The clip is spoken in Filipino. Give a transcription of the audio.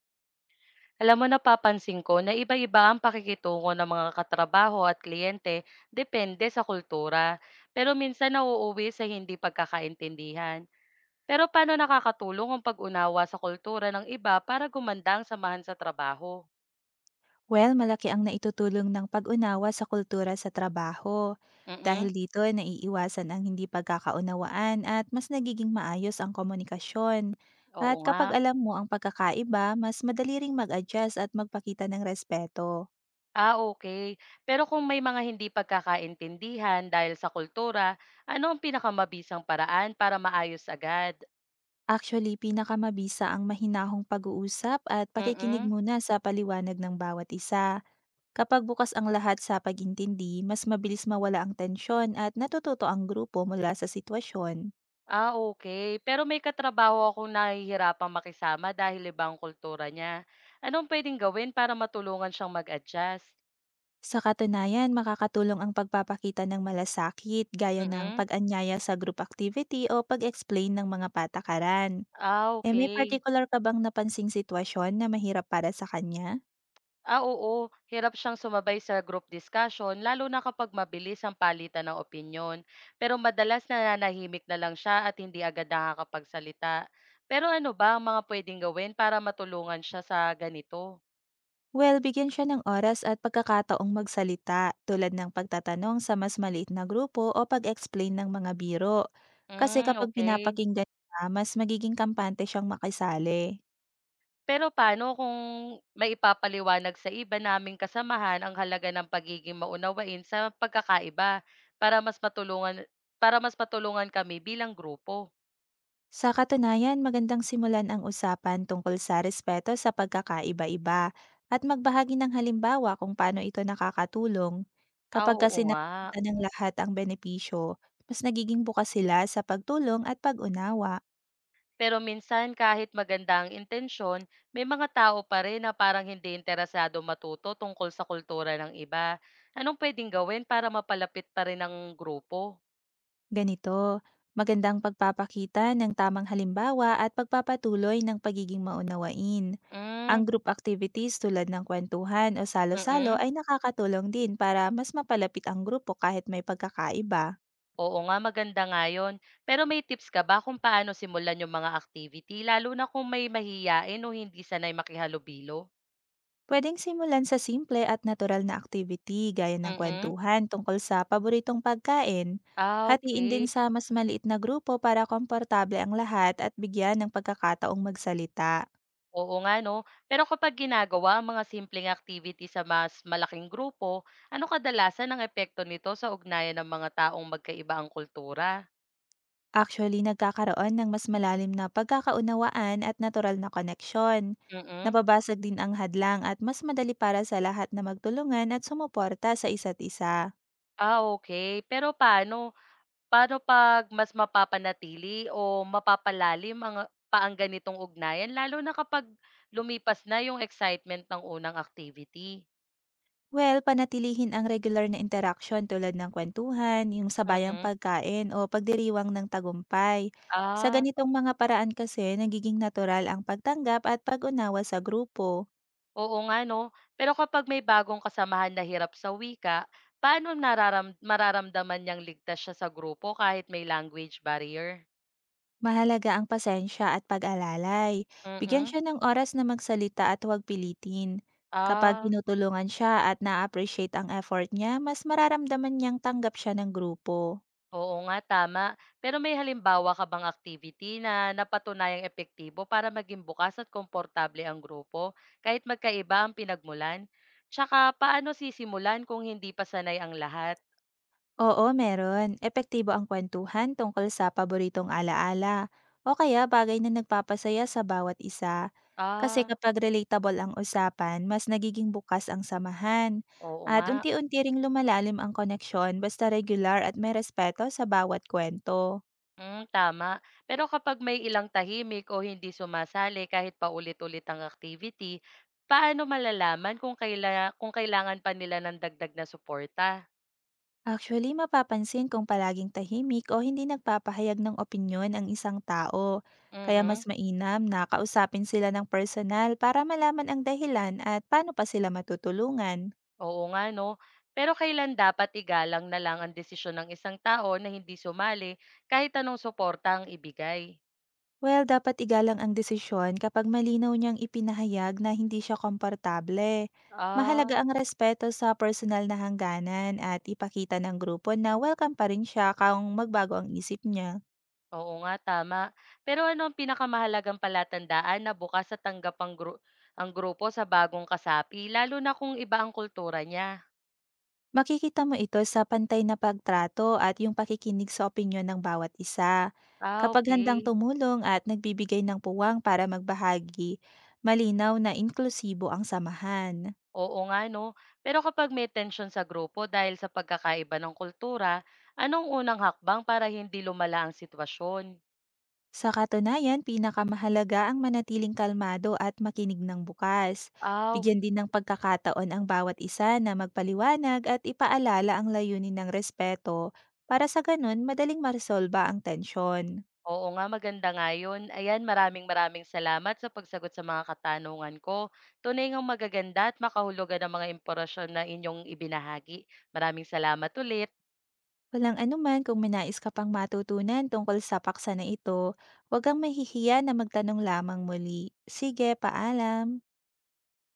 Alam mo napapansin ko na iba-iba ang pakikitungo ng mga katrabaho at kliyente depende sa kultura. Pero minsan nauuwi sa hindi pagkakaintindihan. Pero paano nakakatulong ang pag-unawa sa kultura ng iba para gumanda ang samahan sa trabaho? Well, malaki ang naitutulong ng pag-unawa sa kultura sa trabaho. Dahil Mm. dito, naiiwasan ang hindi pagkakaunawaan at mas nagiging maayos ang komunikasyon. At Oo nga. kapag alam mo ang pagkakaiba, mas madali ring mag-adjust at magpakita ng respeto. Ah, okay. Pero kung may mga hindi pagkakaintindihan dahil sa kultura, ano ang pinakamabisang paraan para maayos agad? Actually, pinakamabisa ang mahinahong pag-uusap at pakikinig Mm. muna sa paliwanag ng bawat isa. Kapag bukas ang lahat sa pag-intindi, mas mabilis mawala ang tensyon at natututo ang grupo mula sa sitwasyon. Ah, okay. Pero may katrabaho akong nahihirapang makisama dahil ibang kultura niya. Anong puwedeng gawin para matulungan siyang mag-adjust? Sa katunayan, makakatulong ang pagpapakita ng malasakit gaya ng Mm. pag-anyaya sa group activity o pag-explain ng mga patakaran. Ah, E may okay. particular ka bang napansing sitwasyon na mahirap para sa kanya? Ah, oo. Hirap siyang sumabay sa group discussion lalo na kapag mabilis ang palitan ng opinyon. Pero madalas nananahimik na lang siya at hindi agad nakakapagsalita. Pero ano ba ang mga puwedeng gawin para matulungan siya sa ganito? Well, bigyan siya ng oras at pagkakataong magsalita tulad ng pagtatanong sa mas maliit na grupo o pag-explain ng mga biro. Kasi Hmm, kapag okay. pinapakinggan siya, mas magiging kampante siyang makisali. Pero paano kung maipapaliwanag sa iba naming kasamahan ang halaga ng pagiging maunawain sa pagkakaiba para mas matulungan para mas matulungan kami bilang grupo? Sa katunayan, magandang simulan ang usapan tungkol sa respeto sa pagkakaiba-iba at magbahagi ng halimbawa kung paano ito nakakatulong. Ah, Kapag oo kasi nga. nakikita ng lahat ang benepisyo, mas nagiging bukas sila sa pagtulong at pag-unawa. Pero minsan kahit maganda ang intensyon, may mga tao pa rin na parang hindi interesado matuto tungkol sa kultura ng iba. Anong pwedeng gawin para mapalapit pa rin ang grupo? Ganito, magandang pagpapakita ng tamang halimbawa at pagpapatuloy ng pagiging maunawain. Ang Mm, group activities tulad ng kwentuhan o salo-salo mm. ay nakakatulong din para mas mapalapit ang grupo kahit may pagkakaiba. Oo nga, maganda nga yun. Pero may tips ka ba kung paano simulan yung mga activity, lalo na kung may mahiyain o hindi sanay makihalubilo? Pwedeng simulan sa simple at natural na activity gaya ng Mm. kwentuhan tungkol sa paboritong pagkain. Ah, Hatiin din okay. sa mas maliit na grupo para komportable ang lahat at bigyan ng pagkakataong magsalita. Oo nga 'no. Pero kapag ginagawa ang mga simpleng activity sa mas malaking grupo, ano kadalasan ang epekto nito sa ugnayan ng mga taong magkaiba ang kultura? Actually, nagkakaroon ng mas malalim na pagkakaunawaan at natural na koneksyon. Mm. Nababasag din ang hadlang at mas madali para sa lahat na magtulungan at sumuporta sa isa't isa. Ah, okay. Pero paano Paano 'pag mas mapapanatili o mapapalalim ang, pa ang ganitong ugnayan lalo na kapag lumipas na yung excitement ng unang activity? Well, panatilihin ang regular na interaksyon tulad ng kwentuhan, yung sabayang Mm. pagkain o pagdiriwang ng tagumpay. Sa Ah, ganitong mga paraan kasi, nagiging natural ang pagtanggap at pag-unawa sa grupo. oo nga 'no. Pero kapag may bagong kasamahan na hirap sa wika, paano mararamdaman niyang ligtas siya sa grupo kahit may language barrier? Mahalaga ang pasensya at pag-alalay. Bigyan Mm, siya ng oras na magsalita at huwag pilitin. Kapag ah. tinutulungan siya at na-appreciate ang effort niya, mas mararamdaman niyang tanggap siya ng grupo. Oo nga, tama. Pero may halimbawa ka bang activity na napatunayang epektibo para maging bukas at komportable ang grupo kahit magkaiba ang pinagmulan? Tsaka paano sisimulan kung hindi pa sanay ang lahat? Oo, meron. Epektibo ang kwentuhan tungkol sa paboritong alaala o kaya bagay na nagpapasaya sa bawat isa. Kasi Ah, kapag relatable ang usapan, mas nagiging bukas ang samahan oo at nga. unti-unti ring lumalalim ang koneksyon basta regular at may respeto sa bawat kwento. Mm, tama. Pero kapag may ilang tahimik o hindi sumasali kahit paulit-ulit ang activity, paano malalaman kung kailangan pa nila ng dagdag na suporta? Actually, mapapansin kung palaging tahimik o hindi nagpapahayag ng opinyon ang isang tao. Kaya mas Mm. mainam na kausapin sila ng personal para malaman ang dahilan at paano pa sila matutulungan. Oo nga 'no. Pero kailan dapat igalang na lang ang desisyon ng isang tao na hindi sumali kahit anong suporta ang ibigay? Well, dapat igalang ang desisyon kapag malinaw niyang ipinahayag na hindi siya komportable. Ah, Mahalaga ang respeto sa personal na hangganan at ipakita ng grupo na welcome pa rin siya kung magbago ang isip niya. oo nga, tama. Pero ano ang pinakamahalagang palatandaan na bukas sa tanggap ang grupo sa bagong kasapi lalo na kung iba ang kultura niya? Makikita mo ito sa pantay na pagtrato at yung pakikinig sa opinyon ng bawat isa. Ah, Kapag handang okay. tumulong at nagbibigay ng puwang para magbahagi, malinaw na inklusibo ang samahan. Oo nga 'no. Pero kapag may tensyon sa grupo dahil sa pagkakaiba ng kultura, anong unang hakbang para hindi lumala ang sitwasyon? Sa katunayan, pinakamahalaga ang manatiling kalmado at makinig ng bukas. Ah, Bigyan din ng pagkakataon ang bawat isa na magpaliwanag at ipaalala ang layunin ng respeto para sa ganun madaling maresolba ang tensyon. oo nga, maganda nga yun. Ayan, maraming maraming salamat sa pagsagot sa mga katanungan ko. Tunay ngang magaganda at makahulugan ang mga impormasyon na inyong ibinahagi. Maraming salamat ulit. Walang anuman kung may nais ka pang matutunan tungkol sa paksa na ito, huwag kang mahihiya na magtanong lamang muli. Sige, paalam!